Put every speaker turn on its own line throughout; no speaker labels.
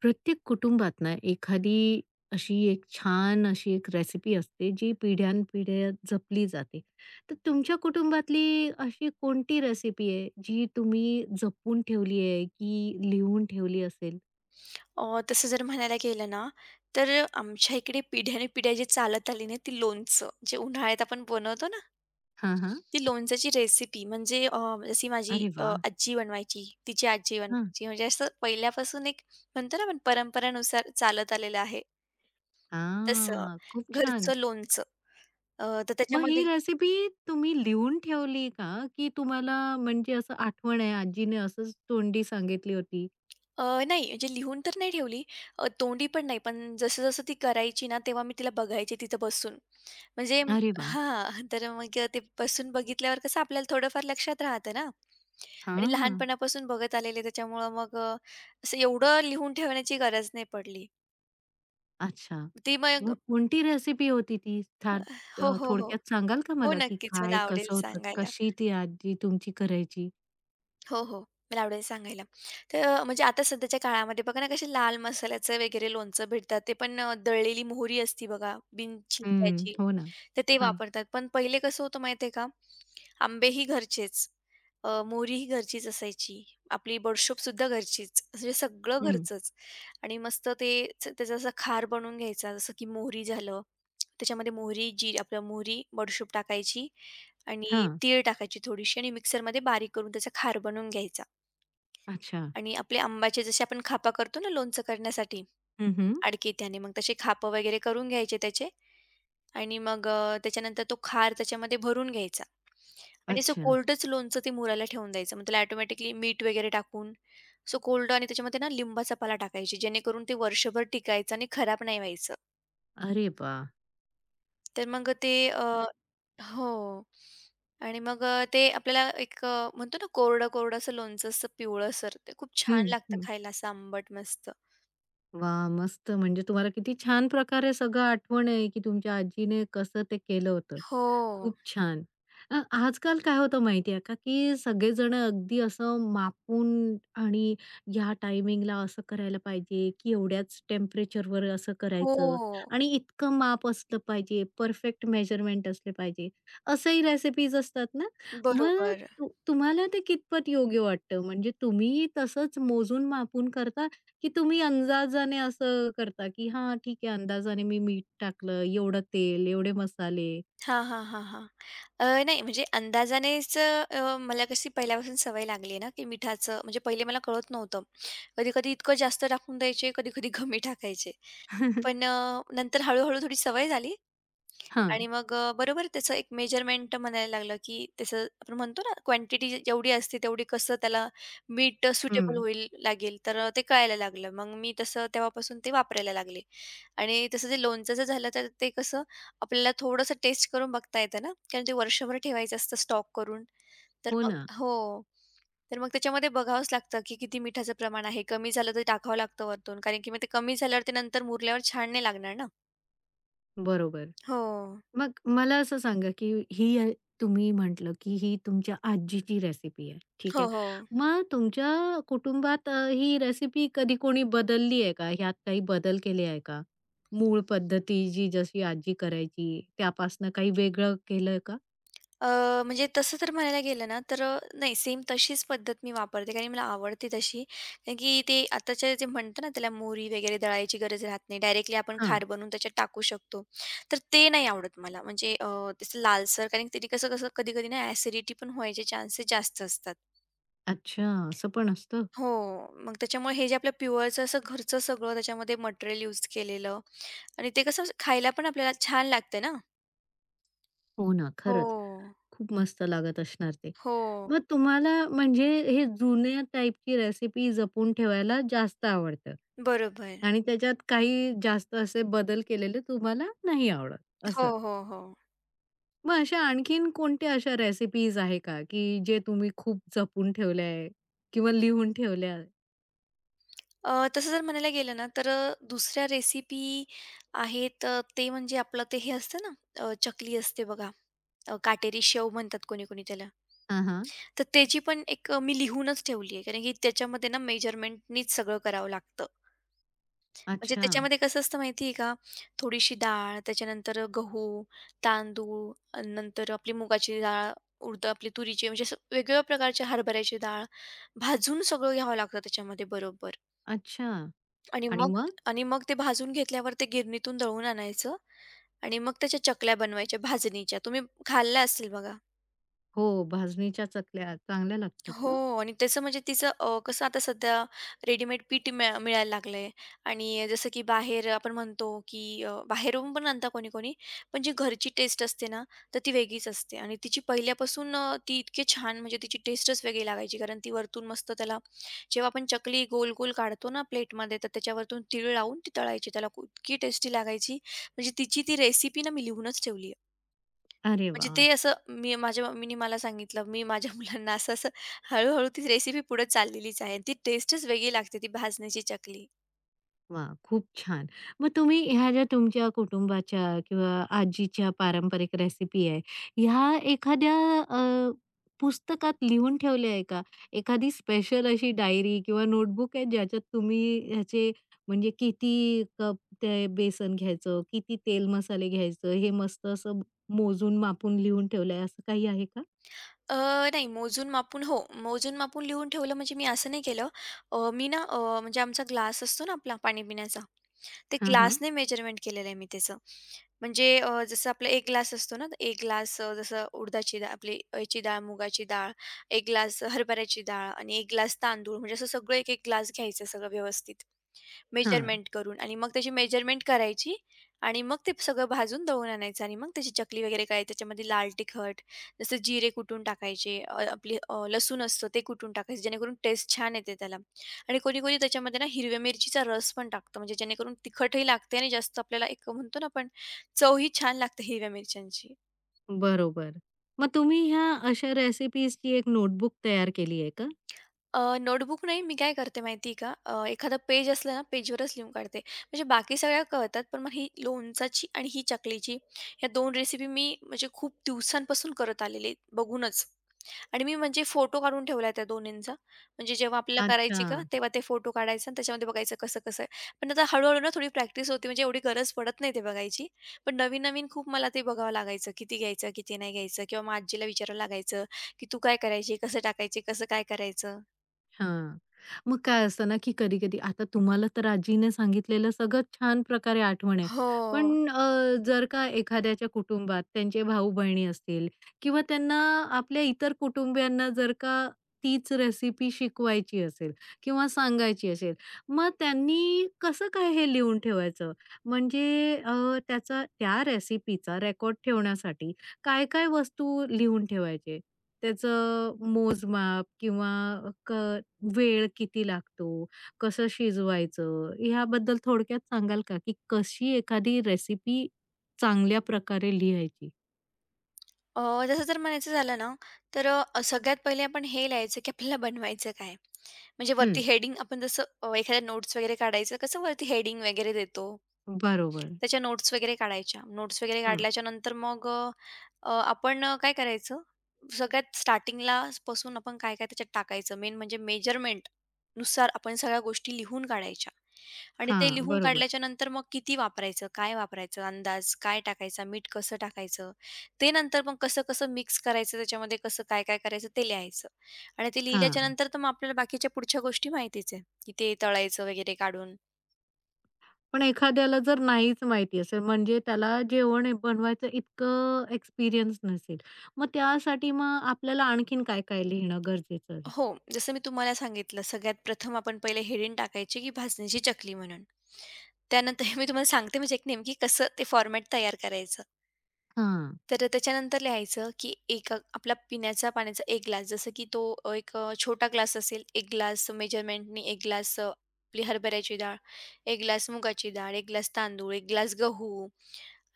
प्रत्येक कुटुंबात ना एखादी अशी एक छान अशी एक रेसिपी असते जी पिढ्यानपिढ्या जपली जाते. तर तुमच्या कुटुंबातली अशी कोणती रेसिपी आहे जी तुम्ही जपून ठेवली आहे की लिहून ठेवली असेल?
तसं जर म्हणायला गेलं ना, तर आमच्या इकडे पिढ्यानपिढ्या जी चालत आली ना, ती लोणचं, जे उन्हाळ्यात आपण बनवतो ना,
हां, हां.
ती लोणच्याची रेसिपी म्हणजे जशी माझी
अरे वाह!
आजी बनवायची, तिची आजी
हां.
बनवायची. म्हणजे असं पहिल्यापासून एक म्हणतो ना आपण परंपरानुसार चालत आलेलं आहे, तसं
हां, खूप छान.
घरचं लोणचं. तर
मग ही
त्याच्यामध्ये
रेसिपी तुम्ही लिहून ठेवली का? की तुम्हाला म्हणजे असं आठवण आहे आजीने असंच तोंडी सांगितली होती?
अ, नाही म्हणजे लिहून तर नाही ठेवली. तोंडी पण नाही. पण जसं-जसं ती करायची ना, तेव्हा मी तिला बघायचे तिथं बसून. म्हणजे
अरे वाह!
हां, तर मग ते बसून बघितल्यावर कसं आपल्याला थोडंफार लक्षात राहतं ना आणि
हां.
लहानपणापासून बघत आलेले त्याच्यामुळं मग असं एवढं लिहून ठेवण्याची गरज नाही पडली.
अच्छा.
ती मग
मग कोणती रेसिपी होती ती? छान
हो, हो, हो.
थोडक्यात सांगाल का
हो,
मला, की
नक्कीच मला
काय,
आवडेल
कसं होतं?
सांगायला.
कशी ती आजी तुमची करायची?
हो, हो. मला आवडेल सांगायला. तर म्हणजे आता सध्याच्या काळामध्ये बघा ना, कसे लाल मसाल्याचं वगैरे लोणचं भेटतात. ते पण दळलेली मोहरी असती बघा, बिन
हं.
छिलट्याची.
हो ना.
तर ते
हां.
वापरतात. पण पहिले कसं होतं माहिती आहे का? आंबेही घरचेच, मोहरीही घरचीच असायची. आपली बडीशोपसुद्धा घरचीच. म्हणजे सगळं
हं.
घरचंच आणि मस्त ते त्याचा असा खार बनवून घ्यायचा. जसं की मोहरी झालं, त्याच्यामध्ये मोहरी, जी आपलं मोहरी, बडीशोप टाकायची आणि
हां.
तीळ टाकायची थोडीशी आणि मिक्सरमध्ये बारीक करून त्याचा खार बनवून घ्यायचा
अच्छा.
आणि आपले आंब्याचे जसे आपण खापा करतो ना लोणचं करण्यासाठी
हं, हं.
आडकित्याने मग तसे खापं वगैरे करून घ्यायचे त्याचे आणि मग त्याच्यानंतर तो खार त्याच्यामध्ये भरून घ्यायचा आणि असं
अच्छा.
कोल्डच लोणचं ते मुरायला ठेवून द्यायचं मग त्याला ऑटोमॅटिकली मीठ वगैरे टाकून सो कोल्ड आणि त्याच्यामध्ये ना लिंबाचा पाला टाकायची जेणेकरून ते वर्षभर टिकायचं आणि खराब नाही व्हायचं
अरे वाह!
तर मग ते हो. आणि मग ते आपल्याला एक म्हणतो ना कोरडं-कोरडं असं लोणचं असं पिवळसर ते खूप
हं,
छान लागतं
हं.
खायला असं आंबट मस्त.
वाह! मस्त. म्हणजे तुम्हाला किती छान प्रकारे सगळं आठवण आहे, की तुमच्या आजीने कसं ते केलं होतं.
हो.
खूप छान. आजकाल काय होतं माहिती आहे का, की सगळेजण अगदी असं मापून आणि ह्या टायमिंगला असं करायला पाहिजे, की एवढ्याच टेम्परेचरवर असं करायचं
हो.
आणि इतकं माप असलं पाहिजे, परफेक्ट मेजरमेंट असले पाहिजे, असंही रेसिपीज असतात ना. मग
बरोबर.
तुम्हाला ते कितपत योग्य वाटतं? म्हणजे तुम्ही तसंच मोजून मापून करता, की तुम्ही अंदाजाने असं करता, की हां, ठीक आहे, अंदाजाने मी मीठ टाकलं, एवढं तेल, एवढे मसाले?
हां, हां, हां, हां. नाही म्हणजे अंदाजानेच मला कशी पहिल्यापासून सवय लागली आहे ना, की मिठाचं म्हणजे पहिले मला कळत नव्हतं. कधी-कधी इतकं जास्त टाकून द्यायचे, कधी-कधी कमी टाकायचे. पण नंतर हळू थोडी सवय झाली आणि
हां.
मग बरोबर त्याचं एक मेजरमेंट म्हणायला लागलं, की त्याचं आपण म्हणतो ना, क्वांटिटी जेवढी असते तेवढी कसं त्याला मीठ सुटेबल
हं.
होईल लागेल, तर ते कळायला लागलं. मग मी तसं तेव्हापासून ते वापरायला लागले. आणि तसं जे लोणचं जर झालं, तर ते कसं आपल्याला थोडंसं टेस्ट करून बघता येतं ना, कारण ते वर्षभर ठेवायचं असतं स्टॉक करून. तर
हो
मग
ना.
हो. तर मग त्याच्यामध्ये बघावंच लागतं, की किती मिठाचं प्रमाण आहे. कमी झालं तर टाकावं लागतं वरतून, कारण की मग ते कमी झाल्यावर ते नंतर मुरल्यावर छान नाही लागणार ना.
बरोबर.
हो.
मग मला असं सांगा, की ही तुम्ही म्हटलं, की ही तुमच्या आजीची रेसिपी आहे. ठीक
हो,
आहे.
हो.
मग तुमच्या कुटुंबात ही रेसिपी कधी कोणी बदलली आहे का? ह्यात काही बदल केले आहे का? मूळ पद्धती जी जशी आजी करायची त्यापासनं काही वेगळं केलंय का?
अ, म्हणजे तसं तर म्हणायला गेलं ना, तर नाही सेम तशीच पद्धत मी वापरते कारण मला आवडते तशी. कारण की ते आताच्या जे म्हणतो ना, त्याला मोहरी वगैरे दळायची गरज राहत नाही. डायरेक्टली आपण
हां.
खार बनवून त्याच्यात टाकू शकतो. तर ते नाही आवडत मला. म्हणजे तसं लालसर कारण की कसं-कसं कधी-कधी ना ॲसिडिटी पण व्हायचे चान्सेस जास्त असतात.
अच्छा, असं पण असतं?
हो. मग त्याच्यामुळे हे जे आपलं प्युअरचं असं घरचं सगळं त्याच्यामध्ये मटेरियल यूज केलेलं आणि ते कसं खायला पण आपल्याला छान लागतं ना.
हो ना,
हो.
खरंच. खूप मस्त लागत असणार ते.
हो.
मग तुम्हाला म्हणजे हे जुन्या टाईपची रेसिपी जपून ठेवायला जास्त आवडतं
बरोबर.
आणि त्याच्यात काही जास्त असे बदल केलेले तुम्हाला नाही आवडत
हो,
असं.
हो, हो.
मग अशा आणखीन कोणत्या अशा रेसिपीज आहे का, की जे तुम्ही खूप जपून ठेवल्या आहे किंवा लिहून ठेवल्या आहे?
तसं जर म्हणायला गेलं ना, तर दुसऱ्या रेसिपी आहेत, ते म्हणजे आपलं ते हे असतं ना, चकली असते बघा. काटेरी शेव म्हणतात कोणी-कोणी त्याला.
हां, हां.
तर त्याची पण एक मी लिहूनच ठेवली आहे. कारण की त्याच्यामध्ये ना मेजरमेंटनीच सगळं करावं लागतं. म्हणजे
अच्छा,
त्याच्यामध्ये कसं असतं माहिती आहे का, थोडीशी डाळ, त्याच्यानंतर गहू, तांदूळ, नंतर आपली मुगाची डाळ, उडद आपली तुरीची म्हणजे असं वेगवेगळ्या प्रकारच्या हरभऱ्याची डाळ भाजून सगळं घ्यावं लागतं त्याच्यामध्ये बरोबर.
अच्छा.
आणि
आणि
मग
मग?
आणि मग ते भाजून घेतल्यावर ते गिरणीतून दळून आणायचं आणि मग त्याच्या चकल्या बनवायच्या भाजणीच्या. तुम्ही खाल्ल्या असतील बघा.
हो, भाजणीच्या चकल्या चांगल्या लागतात
हो
ना?
आणि त्याचं म्हणजे तिचं कसं आता सध्या रेडीमेड पीठ मिळायला लागलंय आणि जसं की बाहेर आपण म्हणतो की बाहेरून पण आणता कोणी कोणी पण जी घरची टेस्ट असते ना तर ती वेगळीच असते आणि तिची पहिल्यापासून ती इतकी छान म्हणजे तिची टेस्टच वेगळी लागायची कारण ती वरतून मस्त त्याला जेव्हा आपण चकली गोल गोल काढतो ना प्लेटमध्ये तर त्याच्यावरतून तीळ लावून ती तळायची त्याला इतकी टेस्टी लागायची म्हणजे तिची ती रेसिपी ना मी लिहूनच ठेवली
अरे
म्हणजे
वाह!
ते असं मी माझ्या मम्मीने मला सांगितलं, मी माझ्या मुलांना असं-असं हळू-हळू ती रेसिपी पुढे चाललेलीच आहे. ती टेस्टच वेगळी लागते ती भाजण्याची चकली.
वा, खूप छान. मग तुम्ही ह्या ज्या तुमच्या कुटुंबाच्या किंवा आजीच्या पारंपरिक रेसिपी आहे, ह्या एखाद्या अ, पुस्तकात लिहून ठेवल्या आहे का? एखादी स्पेशल अशी डायरी किंवा नोटबुक आहे ज्याच्यात तुम्ही ह्याचे म्हणजे किती कप ते बेसन घ्यायचं, किती तेल मसाले घ्यायचं, हे मस्त असं मोजून मापून लिहून ठेवलं आहे, असं काही आहे का?
अ, नाही मोजून मापून हो, मोजून मापून लिहून ठेवलं म्हणजे मी असं नाही केलं. मी ना म्हणजे आमचा ग्लास असतो ना आपला पाणी पिण्याचा, ते
हां, हां.
ग्लासने मेजरमेंट केलेलं आहे मी त्याचं. म्हणजे जसं आपला 1 ग्लास असतो ना, 1 ग्लास जसं उडदाची डाळ आपली याची डाळ, मुगाची डाळ, 1 ग्लास हरभऱ्याची डाळ आणि 1 ग्लास तांदूळ म्हणजे असं सगळं 1-1 ग्लास घ्यायचं सगळं व्यवस्थित.
हां.
मेजरमेंट करून आणि मग त्याची मेजरमेंट करायची आणि मग ते सगळं भाजून दळून आणायचं आणि मग त्याची चकली वगैरे काय त्याच्यामध्ये लाल तिखट जसं जिरे कुटून टाकायचे, आपली लसूण असतं ते कुटून टाकायचं जेणेकरून टेस्ट छान येते त्याला आणि कोणी कोणी त्याच्यामध्ये ना हिरव्या मिरचीचा रस पण टाकतं म्हणजे जेणेकरून तिखटही लागते आणि जास्त आपल्याला एक म्हणतो ना आपण चवही छान लागते हिरव्या मिरच्यांची.
बरोबर. मग तुम्ही ह्या अशा रेसिपीजची एक नोटबुक तयार केली आहे का?
नोटबुक नाही, मी काय करते माहिती का? एखादं पेज असलं ना, पेजवरच लिहून काढते. म्हणजे बाकी सगळ्या कळतात, पण मग ही लोणचाची आणि ही चकलीची या दोन रेसिपी मी म्हणजे खूप दिवसांपासून करत आलेली आहे, बघूनच. आणि मी म्हणजे फोटो काढून ठेवला आहे त्या दोन्हींचा. म्हणजे जेव्हा आपल्याला
अच्छा.
करायची का, तेव्हा ते फोटो काढायचा आणि त्याच्यामध्ये बघायचं कसं-कसं आहे. पण आता हळू ना थोडी प्रॅक्टिस होती, म्हणजे एवढी गरज पडत नाही ते बघायची. पण नवीन-नवीन खूप मला ते बघावं लागायचं, किती घ्यायचं, किती नाही घ्यायचं किंवा मग आजीला विचारावं लागायचं, की "तू काय करायची? कसं टाकायची? कसं काय करायचं?"
हां. मग काय असतं ना, की कधी-कधी आता तुम्हाला तर आजीने सांगितलेलं सगळं छान प्रकारे आठवण आहे. पण
हो.
जर का एखाद्याच्या कुटुंबात त्यांचे भाऊ-बहिणी असतील किंवा त्यांना आपल्या इतर कुटुंबियांना जर का तीच रेसिपी शिकवायची असेल किंवा सांगायची असेल, मग त्यांनी कसं काय हे लिहून ठेवायचं? म्हणजे त्याचा त्या रेसिपीचा रेकॉर्ड ठेवण्यासाठी काय-काय वस्तू लिहून ठेवायचे? त्याचं मोजमाप किंवा क वेळ किती लागतो? कसं शिजवायचं? ह्याबद्दल थोडक्यात सांगाल का, की कशी एखादी रेसिपी चांगल्या प्रकारे लिहायची?
अ, तसं जर म्हणायचं झालं ना, तर सगळ्यात पहिले आपण हे लिहायचं, की आपल्याला बनवायचं काय? म्हणजे वरती
हं.
हेडिंग आपण जसं एखाद्या नोट्स वगैरे काढायचं, कसं वरती हेडिंग वगैरे देतो.
बरोबर.
त्याच्या नोट्स वगैरे काढायच्या. नोट्स वगैरे
हं.
काढल्याच्या नंतर मग अ, अ, आपण काय करायचं, सगळ्यात स्टार्टिंगला पासून आपण काय-काय त्याच्यात टाकायचं, मेन म्हणजे मेजरमेंटनुसार आपण सगळ्या गोष्टी लिहून काढायच्या आणि
हां,
ते लिहून
बरोबर.
काढल्याच्या नंतर मग किती वापरायचं, काय वापरायचं, अंदाज काय टाकायचा, मीठ कसं टाकायचं, ते नंतर मग कसं-कसं मिक्स करायचं, त्याच्यामध्ये कसं काय-काय करायचं ते लिहायचं आणि ते लिहिल्याच्या
हां.
नंतर तर मग आपल्याला बाकीच्या पुढच्या गोष्टी माहितीच आहे, की ते तळायचं वगैरे काढून.
पण एखाद्याला जर नाहीच माहिती असेल, म्हणजे त्याला जेवण हे बनवायचं इतकं एक्सपिरियन्स नसेल, मग त्यासाठी मग आपल्याला आणखीन काय-काय लिहिणं गरजेचं आहे?
हो, जसं मी तुम्हाला सांगितलं सगळ्यात प्रथम आपण पहिले हेडिंग टाकायची, की भाजणीची चकली म्हणून. त्यानंतर हे मी तुम्हाला सांगते म्हणजे एक नेमकी कसं ते फॉर्मॅट तयार करायचं.
हां,
तर त्याच्यानंतर लिहायचं, की एक आपला पिण्याच्या पाण्याचा 1 ग्लास जसं की तो एक छोटा ग्लास असेल 1 ग्लास मेजरमेंटनी 1 ग्लास आपली हरभऱ्याची डाळ, 1 ग्लास मुगाची डाळ, 1 ग्लास तांदूळ, 1 ग्लास गहू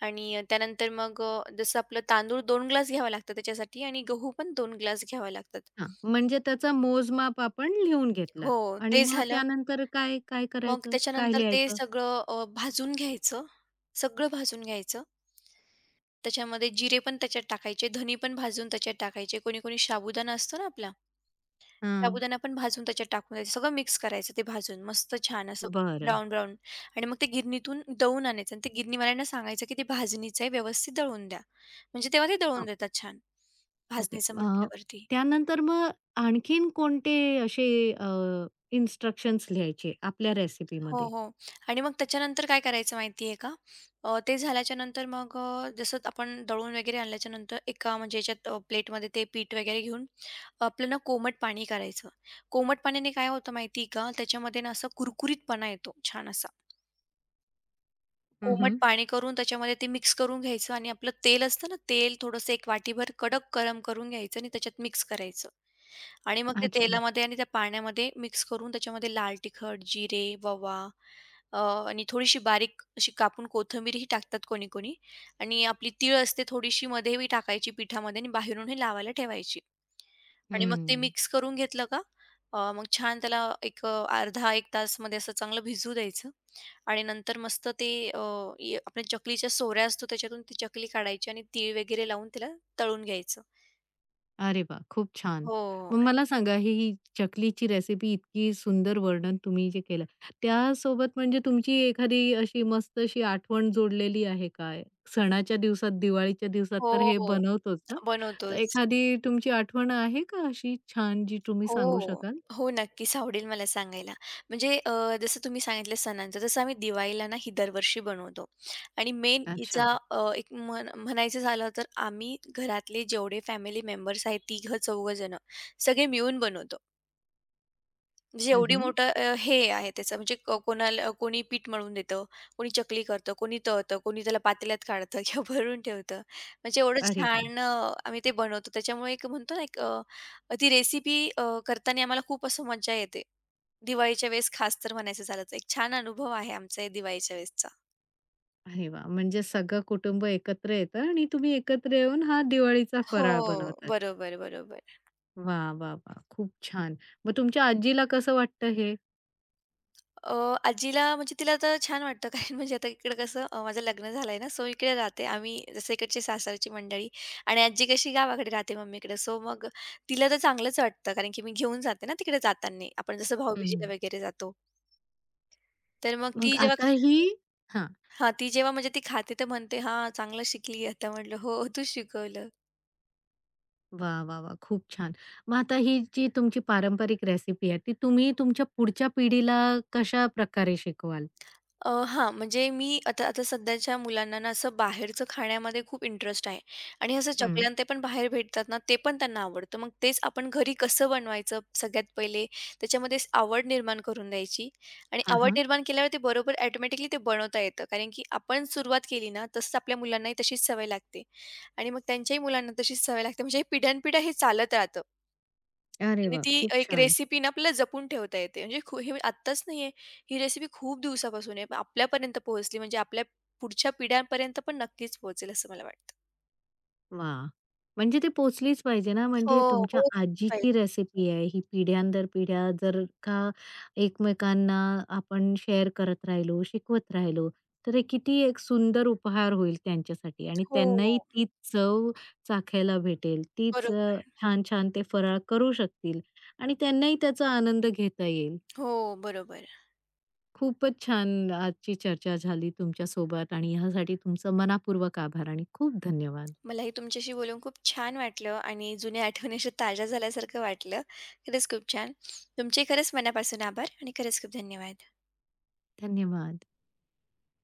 आणि त्यानंतर मग जसं आपलं तांदूळ 2 ग्लास घ्यावा लागतं त्याच्यासाठी आणि गहू पण 2 ग्लास घ्यावा लागतात.
हां. म्हणजे त्याचा मोजमाप आपण लिहून घेतला
हो,
आणि
ते
मग
झालं
त्यानंतर काय, काय
मग
करायचं? काय
त्याच्यानंतर ते
लिहायचं?
सगळं भाजून घ्यायचं. सगळं भाजून घ्यायचं. त्याच्यामध्ये जिरे पण त्याच्यात टाकायचे, धनी पण भाजून त्याच्यात टाकायचे. कोणी-कोणी साबुदाणा असतो ना आपला,
हां.
साबुदाणा पण भाजून त्याच्यात टाकून द्यायचं. सगळं मिक्स करायचं ते भाजून. मस्त छान असं
बरं.
ब्राऊन-ब्राऊन आणि मग ते गिरणीतून दळून आणायचं आणि ते गिरणीवाल्यांना सांगायचं, की ते भाजणीचं आहे व्यवस्थित दळून द्या. म्हणजे तेव्हा ते
अ,
दळून देतात छान,
ओके.
भाजणीचं म्हटल्यावरती.
त्यानंतर मग आणखीन कोणते असे अ, इन्स्ट्रक्शन्स लिहायचे आपल्या
हो,
रेसिपीमध्ये?
हो. आणि मग त्याच्यानंतर काय करायचं माहिती आहे का? ते झाल्याच्यानंतर मग जसं आपण दळून वगैरे आणल्याच्यानंतर एका म्हणजे याच्यात प्लेटमध्ये ते पीठ वगैरे घेऊन आपलं ना कोमट पाणी करायचं. कोमट पाण्याने काय होतं माहिती आहे का? त्याच्यामध्ये ना असा कुरकुरीतपणा येतो छान असा. कोमट
हं,
पाणी करून त्याच्यामध्ये ते मिक्स करून घ्यायचं आणि आपलं तेल असतं ना, तेल थोडंसं 1 वाटीभर कडक गरम करून घ्यायचं आणि त्याच्यात मिक्स करायचं. आणि मग ते
अच्छा.
तेलामध्ये आणि त्या पाण्यामध्ये मिक्स करून त्याच्यामध्ये लाल तिखट, जिरे, ओवा, अ, आणि थोडीशी बारीक अशी कापून कोथिंबीरही टाकतात कोणी-कोणी आणि आपली तीळ असते थोडीशी मध्येही टाकायची पिठामध्ये आणि बाहेरून हे लावायला ठेवायची. आणि मग ते
हं.
मिक्स करून घेतलं का मग छान त्याला एक अर्धा 1 तासमध्ये असं चांगलं भिजू द्यायचं. आणि नंतर मस्त ते अ, य आपल्या चकलीच्या सोऱ्या असतो त्याच्यातून ती चकली काढायची आणि तीळ वगैरे लावून त्याला तळून घ्यायचं.
अरे वाह! खूप छान.
हो.
मग मला सांगा ही ही चकलीची रेसिपी इतकी सुंदर वर्णन तुम्ही जे केलं, त्यासोबत म्हणजे तुमची एखादी अशी मस्त अशी आठवण जोडलेली आहे काय? सणाच्या दिवसात, दिवाळीच्या दिवसात
हो.
तर हे
हो.
बनवतोच ना, तर
बनवतोच.
एखादी तुमची आठवण आहे का अशी छान जी तुम्ही सांगू
हो.
शकाल?
हो, नक्कीच आवडेल मला सांगायला. म्हणजे जसं तुम्ही सांगितलं सणांचं, तसं आम्ही दिवाळीला ना ही दरवर्षी बनवतो आणि मेन हिचा
अच्छा.
एक म्हण म्हणायचं झालं तर आम्ही घरातले जेवढे फॅमिली मेंबर्स आहेत, तिघं-चौघं जण सगळे मिळून बनवतो. म्हणजे
हं,
एवढी
हं.
मोठं हे आहे त्याचं म्हणजे कोणाला कोणी पीठ मळून देतं, कोणी चकली करतं, कोणी तळतं, कोणी त्याला पातेल्यात काढतं किंवा भरून ठेवतं. म्हणजे एवढं
अरे वाह!
छान आम्ही ते बनवतो. त्याच्यामुळे एक म्हणतो ना एक ती रेसिपी करताना आम्हाला खूप असं मज्जा येते. दिवाळीच्या वेळेस खास तर म्हणायचं झालं तर. एक छान अनुभव आहे आमचा या दिवाळीच्या वेळेसचा.
अरे वाह! म्हणजे सगळं कुटुंब एकत्र येतं आणि तुम्ही एकत्र येऊन हा दिवाळीचा फराळ
हो.
बनवतात.
बरोबर, बरोबर.
वाह, वाह, वाह! खूप छान. मग तुमच्या आजीला कसं वाटतं हे?
अ, आजीला म्हणजे तिला आता छान वाटतं कारण म्हणजे आता इकडं कसं माझं लग्न झालंय ना, सो इकडे राहते. आम्ही जसं इकडची सासरची मंडळी आणि आजी कशी गावाकडे राहते मम्मीकडे. सो मग तिला तर चांगलंच वाटतं कारण की मी घेऊन जाते ना तिकडे जाताना. आपण जसं
हं,
भाऊबीजेला वगैरे जातो. तर मग
मग
ती जेव्हा
आता ही हां.
हां, ती जेव्हा म्हणजे ती खाते तर म्हणते, "हां, चांगलं शिकली." आता म्हटलं, "हो, तू शिकवलं."
वाह, वाह, वाह! खूप छान. मग आता ही जी तुमची पारंपरिक रेसिपी आहे, ती तुम्ही तुमच्या पुढच्या पिढीला कशाप्रकारे शिकवाल?
हां, म्हणजे मी आता आता सध्याच्या मुलांना ना असं बाहेरचं खाण्यामध्ये खूप इंटरेस्ट आहे आणि असं चकल्या
हं.
आणि ते पण बाहेर भेटतात ना, ते पण त्यांना आवडतं. मग तेच आपण घरी कसं बनवायचं सगळ्यात पहिले त्याच्यामध्ये आवड निर्माण करून द्यायची आणि
हां,
आवड
हां.
निर्माण केल्यावर ते बरोबर ऑटोमॅटिकली ते बनवता येतं. कारण की आपण सुरुवात केली ना, तसंच आपल्या मुलांनाही तशीच सवय लागते आणि मग त्यांच्याही मुलांना तशीच सवय लागते. म्हणजे पिढ्यानपिढ्या हे चालत राहतं.
अरे
आणि
वाह!
ती
खूप
एक
छान.
रेसिपी ना आपल्याला जपून ठेवता येते. म्हणजे हे आत्ताच नाहीये. ही रेसिपी खूप दिवसापासून आहे. पण आपल्यापर्यंत पोहोचली म्हणजे आपल्या पुढच्या पिढ्यांपर्यंत पण नक्कीच पोहोचेल असं मला वाटतं.
वाह! म्हणजे ते पोहोचलीच पाहिजे ना,
हो,
म्हणजे तुमच्या
पोहोचलीच
आजीची
पाहिजे.
रेसिपी आहे ही पिढ्यानंतर-पिढ्या जर का एकमेकांना आपण शेअर करत राहिलो, शिकवत राहिलो, तर हे किती एक सुंदर उपहार होईल त्यांच्यासाठी आणि
हो.
त्यांनाही तीच चव चाखायला भेटेल. तीच
बरोबर.
छान-छान ते फराळ करू शकतील आणि त्यांनाही त्याचा आनंद घेता येईल.
हो, बरोबर.
खूपच छान आजची चर्चा झाली तुमच्यासोबत आणि ह्यासाठी तुमचं मनापूर्वक आभार आणि खूप धन्यवाद.
मलाही तुमच्याशी बोलून खूप छान वाटलं आणि जुन्या आठवणी अशा ताज्या झाल्यासारखं वाटलं. खरंच खूप छान. तुमचे खरंच मनापासून आभार आणि खरंच खूप धन्यवाद.
धन्यवाद.